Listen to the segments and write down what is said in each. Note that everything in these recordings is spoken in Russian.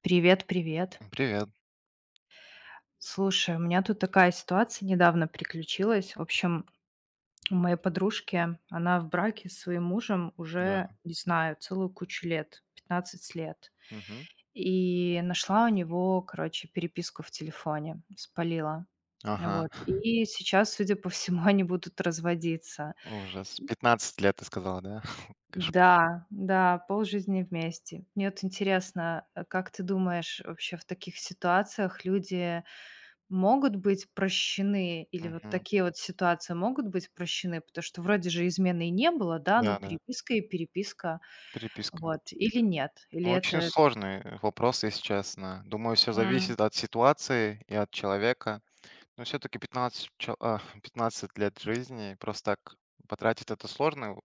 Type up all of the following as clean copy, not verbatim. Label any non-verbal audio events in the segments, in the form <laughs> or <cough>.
Привет, привет. Привет, Слушай, у меня тут такая ситуация недавно приключилась. В общем, у моей подружки, она в браке с своим мужем уже, да. не знаю, целую кучу лет, 15 лет. Мгм. И нашла у него, короче, переписку в телефоне, спалила. Ага. Вот. <laughs> И сейчас, судя по всему, <laughs> они будут разводиться. Ужас. 15 лет ты сказала, да? <laughs> Кош- Да, да, полжизни вместе. Мне вот интересно, как ты думаешь, вообще в таких ситуациях люди могут быть прощены или вот Мгм. такие вот ситуации могут быть прощены? Потому что вроде же измены и не было, да, ну, Да, да. переписка и переписка, Переписка. вот. Или нет? Ну, Или Очень это. сложный вопрос, если честно. Думаю, все М. зависит от ситуации и от человека. Но все-таки 15, <laughs> 15 лет жизни просто так потратить, это сложно.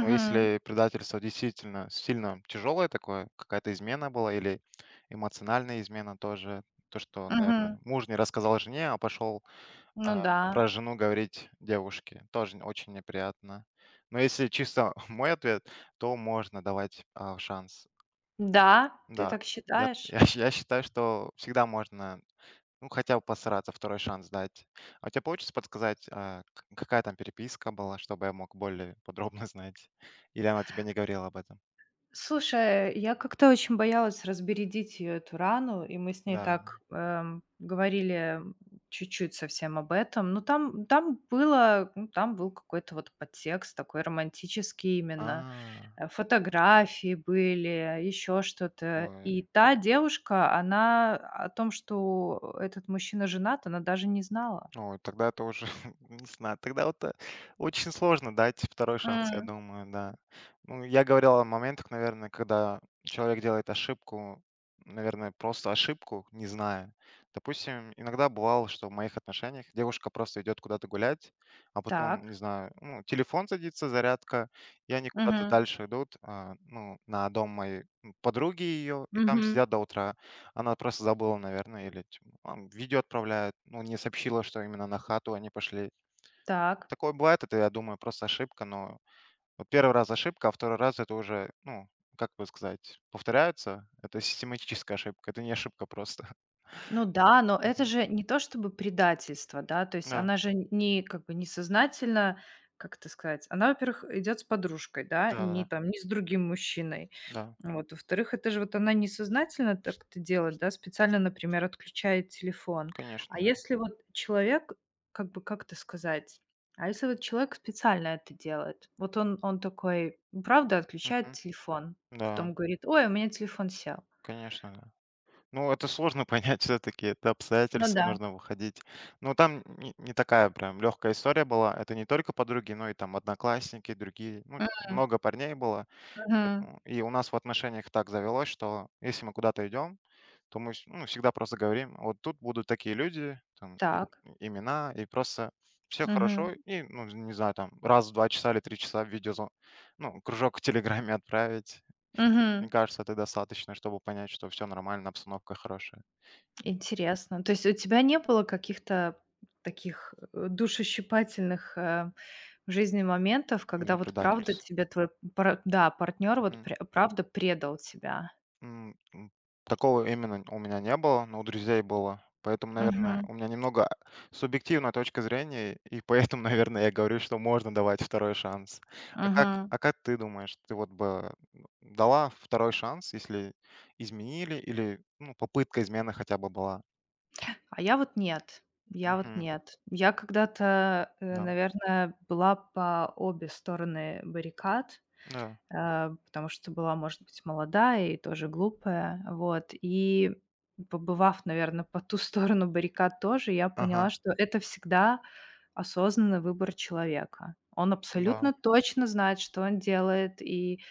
Но если предательство действительно сильно тяжелое такое, какая-то измена была или эмоциональная измена тоже, то, что, Мгм. наверное, муж не рассказал жене, а пошел. Ну А, да. про жену говорить девушке тоже н очень неприятно. Но если чисто <laughs> мой ответ, то можно давать, шанс. Да, ты Да, так я считаешь? <laughs> я считаю, что всегда можно, ну, хотя бы постараться, второй шанс дать. А у тебя получится подсказать, а, к какая там переписка была, чтобы я мог более подробно <laughs> знать? Или она тебе не говорила об этом? Слушай, я как-то очень боялась разбередить ее эту рану, и мы с ней Да. так, говорили, чуть-чуть совсем об этом. Но там было, ну, там был какой-то вот подтекст такой романтический именно. А, Фотографии были, еще что-то. ой. И та девушка, она о том, что этот мужчина женат, она даже не знала. Ой, тогда это уже, <laughs> не знаю, тогда вот, очень сложно дать второй шанс, я М. думаю, да. Ну, я говорил о моментах, наверное, когда человек делает ошибку, наверное, просто ошибку, не зная. Допустим, иногда бывало, что в моих отношениях девушка просто идет куда-то гулять, а Так. потом, не знаю, ну, телефон садится, зарядка, и они куда-то Мгм. дальше идут, ну, на дом моей подруги ее, и там Мгм. сидят до утра. Она просто забыла, наверное, или видео отправляют. Ну, не сообщила, что именно на хату они пошли. Так. Такое бывает, это, я думаю, просто ошибка, но вот первый раз ошибка, а 2 раз это уже, ну, как бы сказать, повторяется. Это систематическая ошибка, это не ошибка просто. <laughs> Ну да, но это Мгм. же не то чтобы предательство, да, то есть Да, она же не как бы несознательно, как это сказать, она, во-первых, идет с подружкой, да, не да-да-да. там, не с другим мужчиной. Да, Вот. Во-вторых, это же вот она несознательно так это делает, да, специально, например, отключает телефон. конечно, А да. если вот человек, как бы, как это сказать, а если вот человек специально это делает? Вот он такой, ну, правда, отключает Мгм. телефон, Да, потом говорит, ой, у меня телефон сел. конечно, да. Ну, это сложно <laughs> понять, все таки это Ну обстоятельства, да. нужно выходить. Ну там не такая прям легкая история была. Это не только подруги, но и там одноклассники, другие. Ну, типа, Мгм. много парней было. Мгм. Поэтому и у нас в отношениях так завелось, что если мы куда-то идем, то мы ну, всегда просто говорим, вот тут будут такие люди, там, Так. имена, и просто все Мгм. хорошо, и, ну, не знаю, там, раз в два часа или три часа видео, ну, кружок в Телеграме отправить. Мгм. Мне кажется, это достаточно, чтобы понять, что все нормально, обстановка хорошая. Интересно. То есть у тебя не было каких-то таких, душещипательных, в жизни моментов, когда Именно вот правда предательство. тебе твой партнер вот пря правда предал тебя? М, м, такого именно у меня не было, но у друзей было. Поэтому, наверное, Мгм, у меня немного субъективная точка зрения, и поэтому, <laughs> наверное, я говорю, что можно давать второй шанс. А как, мгм. а как ты думаешь, ты вот бы дала второй шанс, если изменили или, ну, попытка измены хотя бы была? А я вот нет, я вот Мгм. нет. Я когда-то, Да, наверное, была по обе стороны баррикад. да, Э, потому что была, может быть, молодая и тоже глупая. Вот. И побывав, наверное, по ту сторону баррикад тоже, я поняла, ага, что это всегда осознанный выбор человека. Он да. абсолютно точно знает, что он делает. И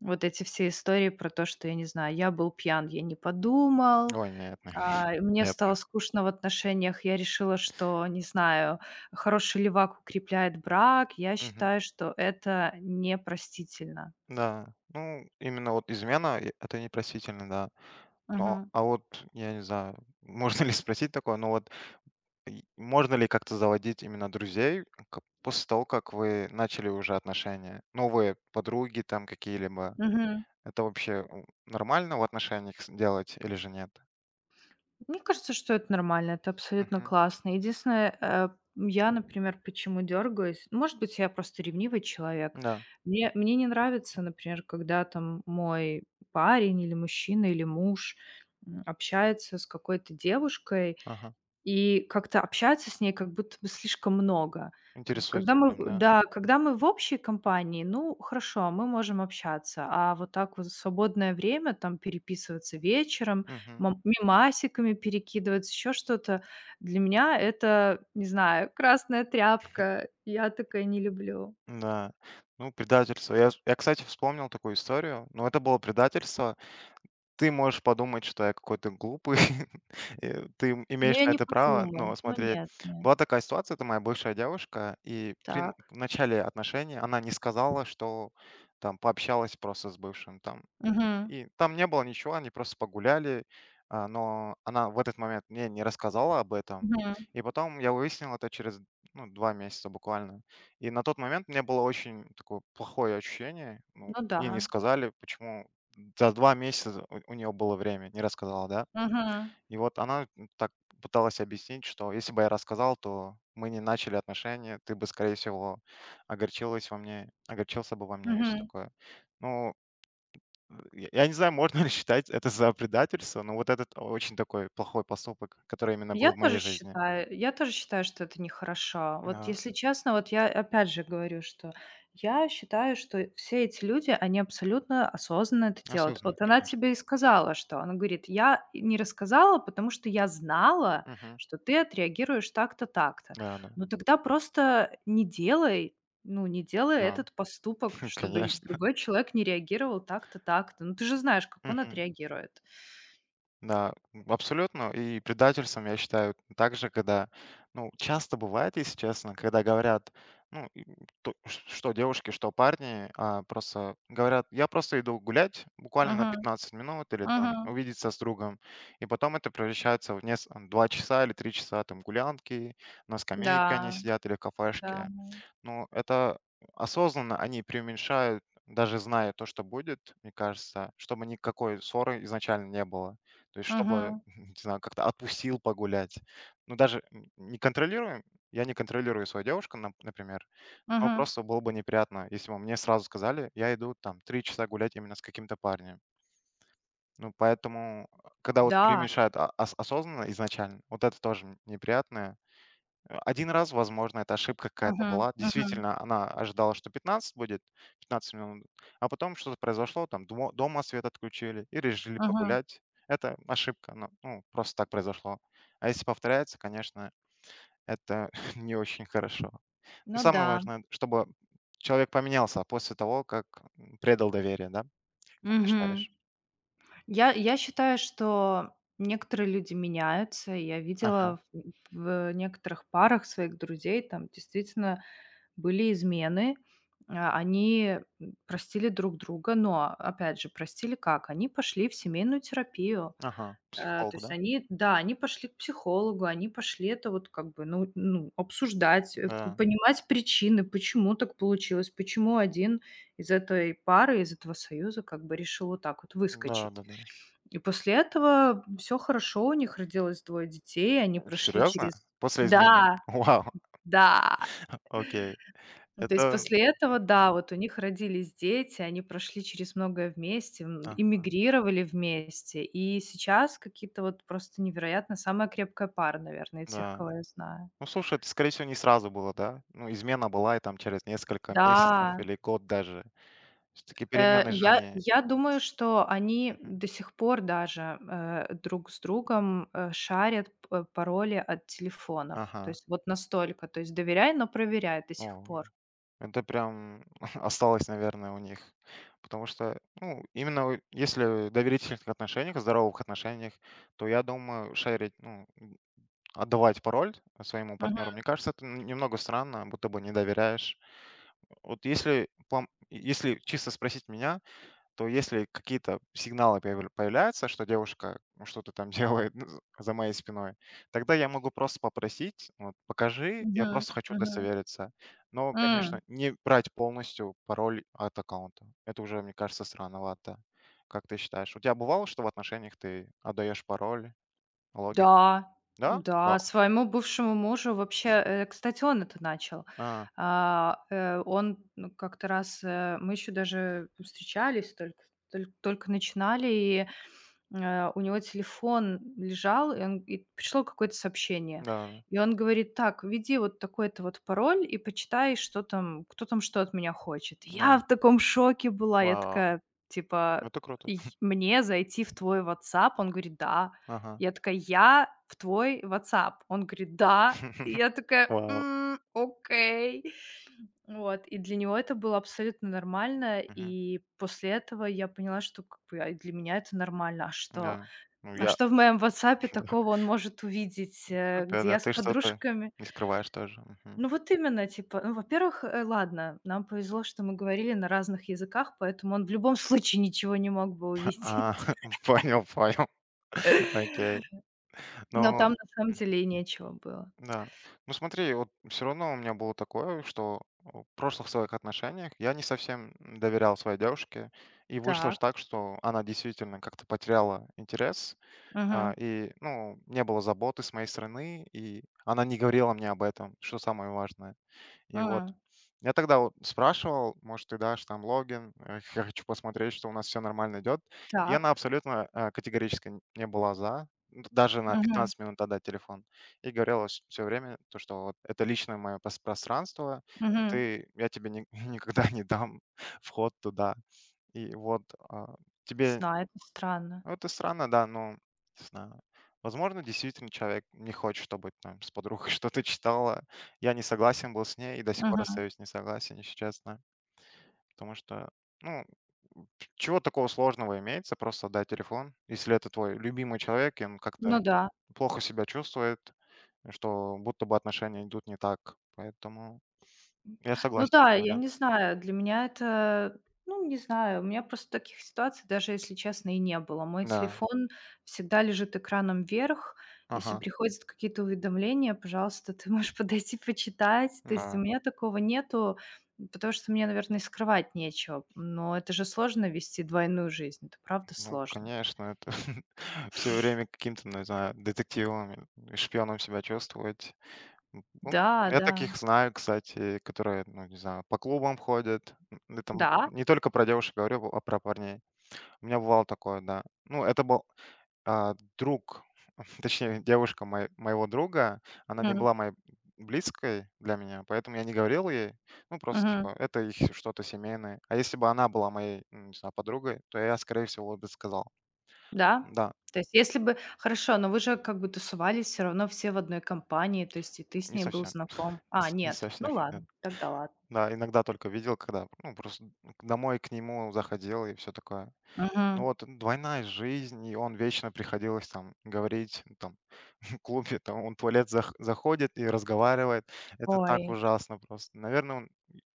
вот эти все истории про то, что, я не знаю, я был пьян, я не подумал, Ой, нет, нет, и мне нет. стало Нет. скучно в отношениях, я решила, что, не знаю, хороший левак укрепляет брак, я Мгм. считаю, что это непростительно. Да, ну именно вот измена, это непростительно, да. Ну, Мгм. а вот, я не знаю, <laughs> можно ли спросить такое, но вот и можно ли как-то заводить именно друзей к после того, как вы начали уже отношения? Новые подруги там какие-либо. Мгм. Это вообще нормально в отношениях делать или же нет? Мне кажется, что это нормально, это абсолютно Мгм. классно. Единственное, я, например, почему дергаюсь? Может быть, я просто ревнивый человек. Да, Мне не нравится, например, когда там мой парень или мужчина или муж общается с какой-то девушкой, ага. и как-то общаться с ней как будто бы слишком много. Как бы когда Интересуется мы прям, в да. да, когда мы в общей компании, ну, хорошо, мы можем общаться, а вот так вот в свободное время там переписываться вечером, Мгм. мом мемасиками перекидываться, еще что-то, для меня это, не знаю, красная тряпка. Я такое не люблю. Да. Ну, предательство. Я, кстати, вспомнил такую историю, но это было предательство. Ты можешь подумать, что я какой-то глупый, <laughs> ты Но имеешь я на не это право, подумаю. но Ну смотри, нет, нет. была такая ситуация, это моя бывшая девушка, и при н Так. в начале отношений она не сказала, что там пообщалась просто с бывшим там. Мгм. И там не было ничего, они просто погуляли, но она в этот момент мне не рассказала об этом. Мгм. И потом я выяснил это через, ну, 2 месяца буквально. И на тот момент мне было очень такое плохое ощущение. Ну, Ну мне не да. сказали, почему за 2 месяца у нее было время, не рассказала, да. Мгм. И вот она так пыталась объяснить, что если бы я рассказал, то мы не начали отношения, ты бы, скорее всего, огорчилась во мне, огорчился бы во мне и все Мгм. такое. Ну, я не знаю, можно <laughs> ли считать это за предательство, но вот этот очень такой плохой поступок, который именно Я был в моей тоже жизни. считаю я тоже считаю, что это нехорошо. Вот Да, если честно, вот я опять же говорю, что я считаю, что все эти люди, они абсолютно осознанно это делают. осознанно, Вот она конечно. тебе и сказала, что она говорит: «Я не рассказала, потому что я знала, Мгм. что ты отреагируешь так-то, так-то». Да-да. Ну тогда просто не делай, ну, не делай Да, этот поступок, да, <laughs> чтобы конечно. другой человек не реагировал так-то, так-то. Ну ты же знаешь, как он Мгм. отреагирует. Да, абсолютно. И предательством, я считаю, также, когда, ну, часто бывает, если честно, когда говорят, ну, что девушки, что парни, просто говорят, я просто иду гулять буквально на Мгм, 15 минут или там мгм. увидеться с другом, и потом это превращается в 2 часа или 3 часа там гулянки, на скамейке они Да, сидят или в да. кафешке. Ну, это осознанно они преуменьшают, даже зная то, что будет, мне кажется, чтобы никакой ссоры изначально не было. То есть чтобы, Мгм, <laughs> не знаю, как-то отпустил погулять. Ну, даже не контролируем, я не контролирую свою девушку, например, но мгм. просто было бы неприятно, если бы мне сразу сказали, я иду там три часа гулять именно с каким-то парнем. Ну, поэтому, когда вот Да. перемешают осознанно изначально, вот это тоже неприятное. Один раз, возможно, это ошибка какая-то Мгм, была. мгм, Действительно, она ожидала, что 15 будет, 15 минут, а потом что-то произошло, там дмо дома свет отключили и решили мгм. погулять. Это ошибка, ну, просто так произошло. А если повторяется, конечно, это <laughs> не очень хорошо. Но Ну да. самое важное, чтобы человек поменялся после того, как, предал доверие, да? Как ты Мгм. считаешь? Я считаю, что некоторые люди меняются. И я Ага, видела в некоторых парах своих друзей, там действительно были измены. А, они, простили друг друга, но, опять же, простили как? Они пошли в семейную терапию. ага, То психологу, есть да? они, да, они пошли к психологу, они пошли это вот как бы, ну, обсуждать, п Да, понимать причины, почему так получилось, почему один из этой пары, из этого союза как бы решил вот так вот выскочить. да-да-да. И после этого все хорошо, у них родилось двое детей, они прошли Серьезно? через. После измены? Да, <laughs> Вау, да. окей. Ну, то есть Это. после этого, М, да, вот у них родились дети, они прошли через многое вместе, да, эмигрировали вместе, и сейчас какие-то вот просто невероятно самая крепкая пара, наверное, из всех, да. кого я знаю. Ну, слушай, это, скорее всего, не сразу было, да? Ну, измена была и там через несколько месяцев Да, или год даже. Все-таки перемены же я они. я думаю, что они Мгм. до сих пор даже, друг с другом, шарят пароли от телефонов. То Ага. есть вот настолько, то есть доверяй, но проверяй до сих Ну, пор. это прям <laughs> осталось, наверное, у них. Потому что, ну, именно если в доверительных отношениях, здоровых отношениях, то я думаю, шерить, ну, отдавать пароль своему Мгм, партнеру, мне кажется, это немного странно, будто бы не доверяешь. Вот если, если чисто спросить меня, то если какие-то сигналы появляются, что девушка, ну, что-то там <laughs> делает, ну, за моей спиной, тогда я могу просто попросить, вот, покажи, я мгм, просто хочу мгм. удостовериться. Но, М. конечно, не брать полностью пароль от аккаунта. Это уже, мне кажется, странновато. Как ты считаешь? У тебя бывало, что в отношениях ты отдаешь пароль, логин? Да, Да? да, Вау. своему бывшему мужу вообще, кстати, он это начал. А, Он, ну, как-то раз, мы еще даже встречались, только только начинали, и у него телефон лежал, и он и пришло какое-то сообщение. да, И он говорит: «Так, введи вот такой-то вот пароль и почитай, что там, кто там что от меня хочет». Я да. в таком шоке была. Я Вау. такая, типа: Это круто. "Й мне зайти в твой WhatsApp?» Он говорит: «Да». Ага. Я такая: «Я в твой WhatsApp?» Он говорит: «Да». И <laughs> я такая: Вау. «М, окей». Вот, и для него это было абсолютно нормально. Мгм. И после этого я поняла, что как бы, и для меня это нормально. А что? Да. Ну, А я. что в моем «Ватсапе» <laughs> такого он может увидеть, Круто, где да, я с ты что-то подружками? не скрываешь тоже. Мгм. Ну, вот именно, типа, ну, во-первых, ладно, нам повезло, что мы говорили на разных языках, поэтому он в любом <laughs> случае ничего не мог бы А, увидеть. <laughs> понял, понял. <laughs> <laughs> Окей. Но Ну там на самом деле и нечего было. да. Ну смотри, вот все равно у меня было такое, что в прошлых своих отношениях я не совсем доверял своей девушке, и вышло Так. ж так, что она действительно как-то потеряла интерес, Мгм. Ну, не было заботы с моей стороны, и она не говорила мне об этом, что самое важное. И вот М. я тогда вот спрашивал: «Может, ты дашь там логин? <laughs> Я хочу посмотреть, что у нас все нормально идет». И она Так. абсолютно, категорически н не была за, н даже на Мгм. 15 минут отдать телефон. И говорила все время то, что вот это личное мое пространство, и Мгм. ты я тебе ни <laughs> никогда не дам <laughs> вход туда. И вот, а, Не тебе, знаю, это странно. ну, это странно, да, но не знаю. Возможно, действительно человек не хочет, чтобы там с подругой <laughs> что-то читала. Я не согласен был с ней и до сих пор Мгм. остаюсь не согласен, если честно. Потому что, ну, чего такого сложного имеется, просто отдать телефон, если это твой любимый человек, и он Ну как-то да. плохо себя чувствует, что будто бы отношения идут не так. Поэтому я Ну согласен с да, тобой, я да. не знаю, для меня это, ну, не знаю, у меня просто таких ситуаций даже, если честно, и не было. Мой Да. телефон всегда лежит экраном вверх. Если Ага. приходят какие-то уведомления, пожалуйста, ты можешь <laughs> подойти почитать. То есть у Да. меня такого нету, потому что мне, наверное, и скрывать нечего. Но это же сложно вести двойную жизнь. Это правда Ну, сложно. конечно, это <laughs> все время каким-то, ну, не знаю, детективом, и шпионом себя чувствовать. Ну, Да, я да. таких знаю, кстати, которые, ну, не знаю, по клубам ходят. Это Да. не только про девушек говорю, а про парней. У меня бывало такое, да. Ну, это был друг, <laughs> точнее, девушка моего друга. Она не Мгм. была моей близкой для меня, поэтому я не говорил ей. Ну, просто, Мгм. типа, это их что-то семейное. А если бы она была моей, не знаю, подругой, то я, скорее всего, бы сказал. Да? Да, То есть если бы хорошо, но вы же как бы тусовались все равно все в одной компании, то есть и ты с Не ней был совсем, знаком. А, с не нет, совсем, ну <laughs> нет. ладно, тогда ладно. Да, иногда только видел, когда, ну, просто домой к нему заходил и все такое. Ну Мгм. вот двойная жизнь, и он вечно приходилось там говорить, ну, там, <laughs> в клубе, там он в туалет заходит и разговаривает. Это Ой, так ужасно просто. Наверное, он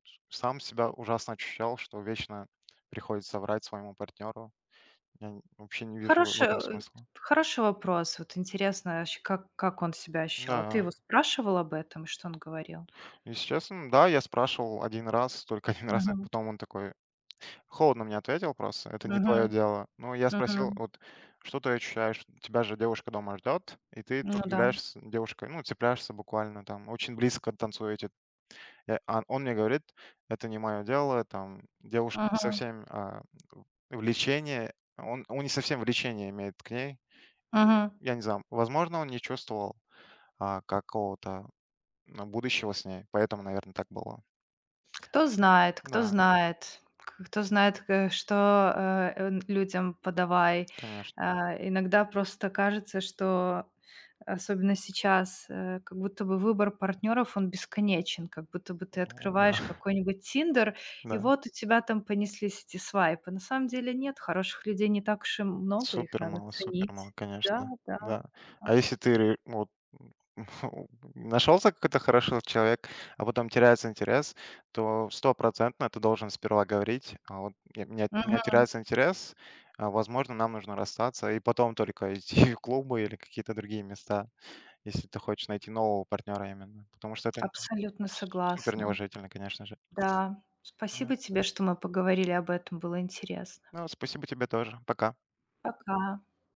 ш сам себя ужасно ощущал, что вечно приходится врать своему партнеру. Я н вообще не вижу в хороший, этом э, смысла. хороший вопрос. Вот интересно вообще, как он себя ощущал. А ты Да, его спрашивал об этом, и что он говорил? если честно, да, я спрашивал один раз, только <laughs> один раз, а Мгм. потом он такой холодно мне ответил просто: «Это не твое Мгм. дело». Ну, я спросил: Мгм. «Вот что ты ощущаешь? Тебя же девушка дома ждет, и ты Ну тут да. гуляешь с девушкой, ну, цепляешься буквально там, очень близко танцуете». Я А он мне говорит: «Это не мое дело, там девушка не Мгм. совсем, влечение». Он не совсем влечение имеет к ней. Мгм. Я не знаю, возможно, он не чувствовал, какого-то, ну, будущего с ней, поэтому, наверное, так было. Кто Да, знает, к кто знает, что, н людям подавай. конечно. Иногда просто кажется, что, особенно сейчас, как будто бы выбор партнеров он бесконечен, как будто бы ты Ну да, открываешь <laughs> какой-нибудь «Тиндер», и да. вот у тебя там понеслись эти свайпы. На самом деле нет, хороших людей не так уж и много, их надо Супер мало, ценить. Да, конечно, да, да. да. А если ты ре вот <laughs> нашелся какой-то хороший человек, а потом теряется интерес, то стопроцентно ты должен сперва говорить: «А вот я у меня Мгм. теряется интерес, возможно, нам нужно расстаться», и потом только идти <laughs> в клубы или какие-то другие места, если ты хочешь найти нового партнера именно. Потому что это Абсолютно супер согласна. неуважительно, конечно же. Да, Да. спасибо тебе, что мы поговорили об этом, было интересно. Ну, спасибо тебе тоже. Пока. Пока.